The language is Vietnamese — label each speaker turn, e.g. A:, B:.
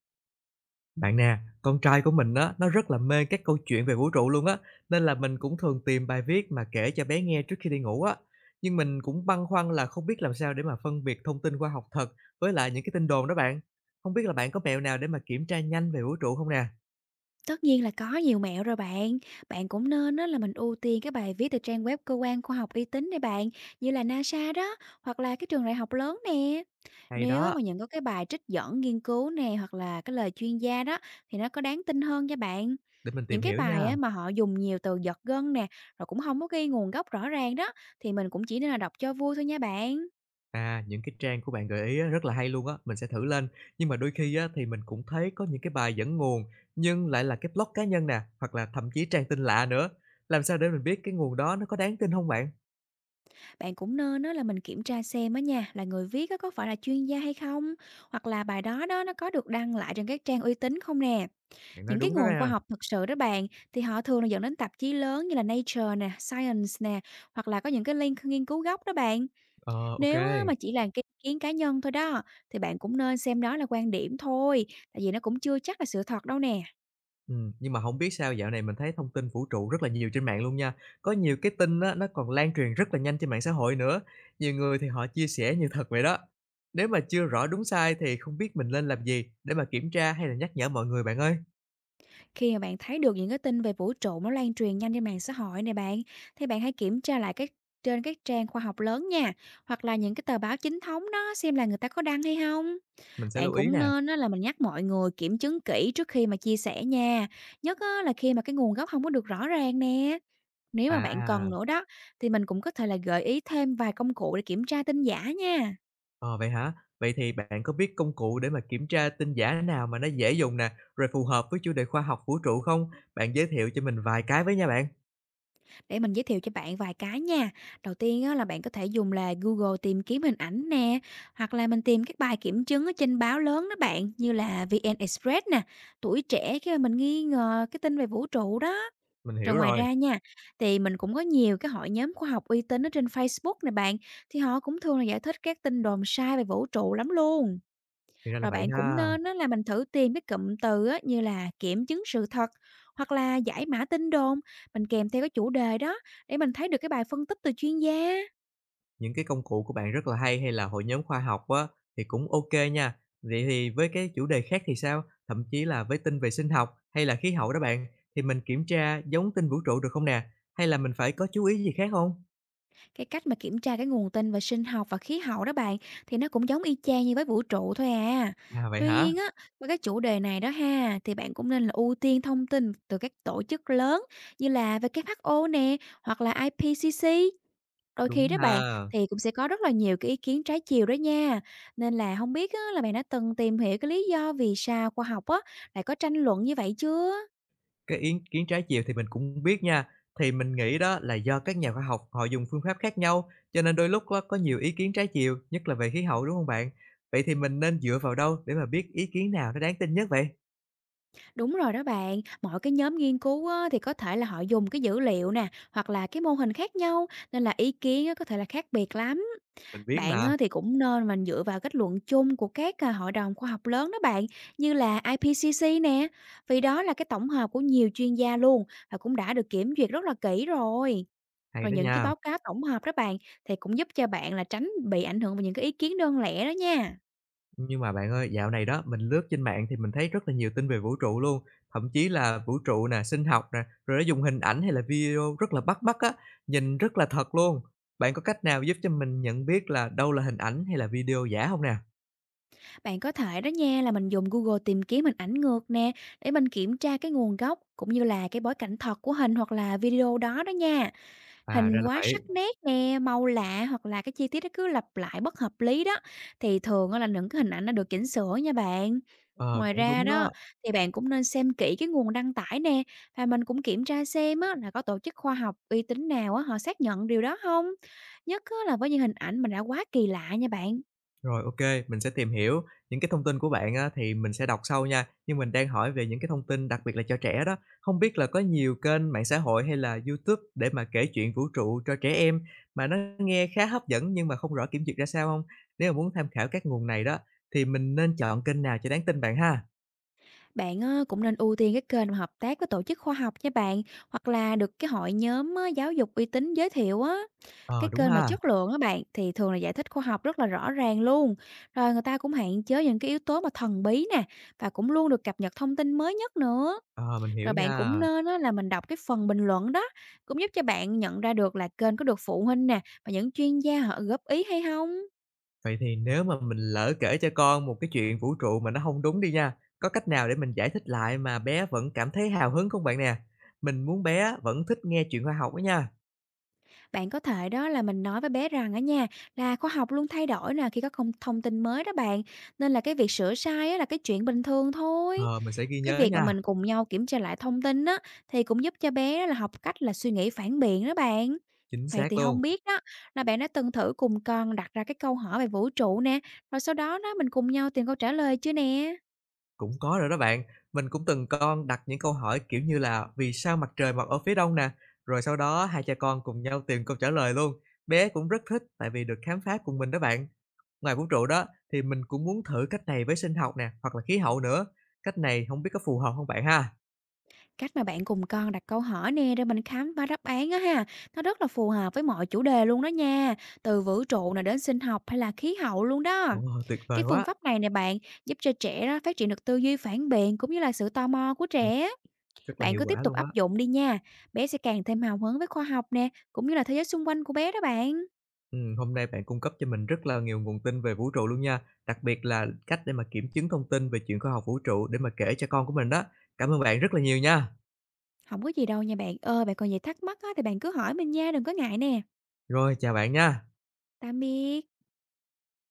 A: Bạn nè, con trai của mình á, nó rất là mê các câu chuyện về vũ trụ luôn á, nên là mình cũng thường tìm bài viết mà kể cho bé nghe trước khi đi ngủ á. Nhưng mình cũng băn khoăn là không biết làm sao để mà phân biệt thông tin khoa học thật với lại những cái tin đồn đó bạn. Không biết là bạn có mẹo nào để mà kiểm tra nhanh về vũ trụ không nè?
B: Tất nhiên là có nhiều mẹo rồi bạn. Bạn cũng nên, đó là mình ưu tiên cái bài viết từ trang web cơ quan khoa học uy tín này bạn, như là NASA đó, hoặc là cái trường đại học lớn nè.
A: Hay
B: Nếu á,
A: đó,
B: mà nhận có cái bài trích dẫn nghiên cứu nè, hoặc là cái lời chuyên gia đó, thì nó có đáng tin hơn cho bạn.
A: để mình
B: Những
A: tìm
B: cái
A: hiểu nha.
B: bài á, mà họ dùng nhiều từ giật gân nè, rồi cũng không có ghi nguồn gốc rõ ràng đó, thì mình cũng chỉ nên là đọc cho vui thôi nha bạn.
A: À, những cái trang của bạn gợi ý á, rất là hay luôn á, mình sẽ thử lên. Nhưng mà đôi khi á, thì mình cũng thấy có những cái bài dẫn nguồn nhưng lại là cái blog cá nhân nè, hoặc là thậm chí trang tin lạ nữa. Làm sao để mình biết cái nguồn đó nó có đáng tin không bạn?
B: Bạn cũng nên á là mình kiểm tra xem á nha, là người viết á có phải là chuyên gia hay không, hoặc là bài đó đó nó có được đăng lại trên các trang uy tín không nè.
A: Bạn nói
B: Những cái
A: đúng đó
B: nguồn khoa
A: ra.
B: học thực sự đó bạn, thì họ thường là dẫn đến tạp chí lớn như là Nature nè, Science nè, hoặc là có những cái link nghiên cứu gốc đó bạn.
A: Ờ, ô
B: Nếu á
A: kê.
B: mà chỉ là cái ý kiến cá nhân thôi đó, thì bạn cũng nên xem đó là quan điểm thôi, tại vì nó cũng chưa chắc là sự thật đâu nè.
A: Nhưng mà không biết sao dạo này mình thấy thông tin vũ trụ rất là nhiều trên mạng luôn nha. Có nhiều cái tin á, nó còn lan truyền rất là nhanh trên mạng xã hội nữa, nhiều người thì họ chia sẻ như thật vậy đó. Nếu mà chưa rõ đúng sai thì không biết mình nên làm gì để mà kiểm tra hay là nhắc nhở mọi người bạn ơi?
B: Khi mà bạn thấy được những cái tin về vũ trụ nó lan truyền nhanh trên mạng xã hội này bạn, thì bạn hãy kiểm tra lại trên các trang khoa học lớn nha, hoặc là những cái tờ báo chính thống đó xem là người ta có đăng hay không.
A: Mình sẽ
B: Bạn
A: lưu ý
B: cũng
A: nè.
B: nên á, là mình nhắc mọi người kiểm chứng kỹ trước khi mà chia sẻ nha, nhất á, là khi mà cái nguồn gốc không có được rõ ràng nè. Nếu mà bạn
A: À,
B: cần nữa đó, thì mình cũng có thể là gợi ý thêm vài công cụ để kiểm tra tin giả nha.
A: ờ, vậy hả? Vậy thì bạn có biết công cụ để mà kiểm tra tin giả nào mà nó dễ dùng nè, rồi phù hợp với chủ đề khoa học vũ trụ không? Bạn giới thiệu cho mình vài cái với nha bạn.
B: Để mình giới thiệu cho bạn vài cái nha. Đầu tiên á, là bạn có thể dùng là Google tìm kiếm hình ảnh nè, hoặc là mình tìm các bài kiểm chứng ở trên báo lớn đó bạn, như là VN Express nè, Tuổi Trẻ, khi mà mình nghi ngờ cái tin về vũ trụ đó.
A: Mình
B: Rồi
A: hiểu
B: ngoài
A: rồi,
B: ra nha, thì mình cũng có nhiều cái hội nhóm khoa học uy tín ở trên Facebook nè bạn, thì họ cũng thường là giải thích các tin đồn sai về vũ trụ lắm luôn.
A: thì ra là
B: Rồi
A: vậy
B: bạn cũng
A: ha.
B: nên á, là mình thử tìm cái cụm từ á, như là kiểm chứng sự thật hoặc là giải mã tin đồn, mình kèm theo cái chủ đề đó để mình thấy được cái bài phân tích từ chuyên gia.
A: Những cái công cụ của bạn rất là hay hay là hội nhóm khoa học á, thì cũng ok nha. Vậy thì với cái chủ đề khác thì sao? Thậm chí là với tin về sinh học hay là khí hậu đó bạn, thì mình kiểm tra giống tin vũ trụ được không nè? Hay là mình phải có chú ý gì khác không?
B: Cái cách mà kiểm tra cái nguồn tin về sinh học và khí hậu đó bạn, thì nó cũng giống y chang như với vũ trụ thôi à.
A: À, vậy
B: Tuy
A: hả?
B: nhiên á, với cái chủ đề này đó ha, thì bạn cũng nên là ưu tiên thông tin từ các tổ chức lớn như là WHO nè, hoặc là IPCC. Đôi khi
A: Đúng
B: đó bạn,
A: ha.
B: thì cũng sẽ có rất là nhiều cái ý kiến trái chiều đó nha. Nên là không biết á, là bạn đã từng tìm hiểu cái lý do vì sao khoa học á lại có tranh luận như vậy chưa?
A: Cái ý kiến trái chiều thì mình cũng biết nha. Thì mình nghĩ đó là do các nhà khoa học họ dùng phương pháp khác nhau, cho nên đôi lúc á có nhiều ý kiến trái chiều, nhất là về khí hậu, đúng không bạn? Vậy thì mình nên dựa vào đâu để mà biết ý kiến nào nó đáng tin nhất vậy?
B: Đúng rồi đó bạn, mỗi cái nhóm nghiên cứu á thì có thể là họ dùng cái dữ liệu nè, hoặc là cái mô hình khác nhau, nên là ý kiến á có thể là khác biệt lắm.
A: Mình biết
B: Bạn
A: mà,
B: á thì cũng nên mà dựa vào kết luận chung của các, hội đồng khoa học lớn đó bạn, như là IPCC nè, vì đó là cái tổng hợp của nhiều chuyên gia luôn và cũng đã được kiểm duyệt rất là kỹ rồi.
A: hay
B: Rồi
A: đó
B: những cái
A: nha.
B: báo cáo tổng hợp đó bạn, thì cũng giúp cho bạn là tránh bị ảnh hưởng bởi những cái ý kiến đơn lẻ đó nha.
A: Nhưng mà bạn ơi, dạo này đó mình lướt trên mạng thì mình thấy rất là nhiều tin về vũ trụ luôn, thậm chí là vũ trụ nè, sinh học nè, rồi nó dùng hình ảnh hay là video rất là bắt mắt á, nhìn rất là thật luôn. Bạn có cách nào giúp cho mình nhận biết là đâu là hình ảnh hay là video giả không nè?
B: Bạn có thể đó nha, là mình dùng Google tìm kiếm hình ảnh ngược nè, để mình kiểm tra cái nguồn gốc cũng như là cái bối cảnh thật của hình hoặc là video đó đó nha.
A: À, ra
B: Hình
A: là
B: quá sắc
A: vậy,
B: nét nè, màu lạ hoặc là cái chi tiết nó cứ lặp lại bất hợp lý đó, thì thường á là những cái hình ảnh nó được chỉnh sửa nha bạn.
A: ờ,
B: Ngoài
A: cũng
B: ra
A: đúng
B: đó,
A: đó.
B: thì bạn cũng nên xem kỹ cái nguồn đăng tải nè, và mình cũng kiểm tra xem á, là có tổ chức khoa học uy tín nào á, họ xác nhận điều đó không. Nhất á, là với những hình ảnh mà đã quá kỳ lạ nha bạn.
A: Rồi, ok. Mình sẽ tìm hiểu. Những cái thông tin của bạn á thì mình sẽ đọc sau nha, nhưng mình đang hỏi về những cái thông tin đặc biệt là cho trẻ đó. Không biết là có nhiều kênh mạng xã hội hay là YouTube để mà kể chuyện vũ trụ cho trẻ em mà nó nghe khá hấp dẫn nhưng mà không rõ kiểm duyệt ra sao không? Nếu mà muốn tham khảo các nguồn này đó, thì mình nên chọn kênh nào cho đáng tin bạn ha?
B: Bạn cũng nên ưu tiên cái kênh mà hợp tác với tổ chức khoa học nha bạn, hoặc là được cái hội nhóm á, giáo dục uy tín giới thiệu á.
A: Ờ,
B: Cái
A: đúng
B: kênh mà
A: ha?
B: chất lượng á bạn thì thường là giải thích khoa học rất là rõ ràng luôn. Rồi người ta cũng hạn chế những cái yếu tố mà thần bí nè, và cũng luôn được cập nhật thông tin mới nhất nữa.
A: Ờ, mình hiểu
B: Rồi bạn cũng
A: nha.
B: nên á, là mình đọc cái phần bình luận đó, cũng giúp cho bạn nhận ra được là kênh có được phụ huynh nè và những chuyên gia họ góp ý hay không.
A: Vậy thì nếu mà mình lỡ kể cho con một cái chuyện vũ trụ mà nó không đúng đi nha, có cách nào để mình giải thích lại mà bé vẫn cảm thấy hào hứng không bạn nè? Mình muốn bé vẫn thích nghe chuyện khoa học đó nha.
B: Bạn có thể đó là mình nói với bé rằng ở nha, là khoa học luôn thay đổi nè khi có thông tin mới đó bạn, nên là cái việc sửa sai á là cái chuyện bình thường thôi.
A: Ờ, mình sẽ ghi
B: Cái
A: nhớ
B: việc mà
A: nha,
B: mình cùng nhau kiểm tra lại thông tin á, thì cũng giúp cho bé là học cách là suy nghĩ phản biện đó bạn.
A: chính
B: Vậy
A: xác
B: thì
A: luôn.
B: không biết đó, là bạn đã từng thử cùng con đặt ra cái câu hỏi về vũ trụ nè, rồi sau đó đó mình cùng nhau tìm câu trả lời chưa nè?
A: Cũng có rồi đó bạn, mình cũng từng con đặt những câu hỏi, kiểu như là "Vì sao mặt trời mọc ở phía đông" nè, rồi sau đó hai cha con cùng nhau tìm câu trả lời luôn. Bé cũng rất thích tại vì được khám phá cùng mình đó bạn. Ngoài vũ trụ đó, thì mình cũng muốn thử cách này với sinh học nè, hoặc là khí hậu nữa. Cách này không biết có phù hợp không bạn ha?
B: Cách mà bạn cùng con đặt câu hỏi nè rồi mình khám phá đáp án á ha, nó rất là phù hợp với mọi chủ đề luôn đó nha, từ vũ trụ này đến sinh học hay là khí hậu luôn đó.
A: Ồ, tuyệt vời
B: Cái phương
A: quá!
B: pháp này nè bạn giúp cho trẻ đó phát triển được tư duy phản biện cũng như là sự tò mò của
A: Ừm,
B: trẻ.
A: rất là
B: Bạn
A: hiệu
B: cứ tiếp
A: quả
B: tục
A: luôn á.
B: áp dụng đi nha, bé sẽ càng thêm hào hứng với khoa học nè, cũng như là thế giới xung quanh của bé đó bạn.
A: Hôm nay bạn cung cấp cho mình rất là nhiều nguồn tin về vũ trụ luôn nha, đặc biệt là cách để mà kiểm chứng thông tin về chuyện khoa học vũ trụ để mà kể cho con của mình đó. Cảm ơn bạn rất là nhiều nha.
B: Không có gì đâu nha bạn ơi, bạn còn gì thắc mắc á, thì bạn cứ hỏi mình nha, đừng có ngại nè.
A: Rồi, chào bạn nha.
B: Tạm biệt.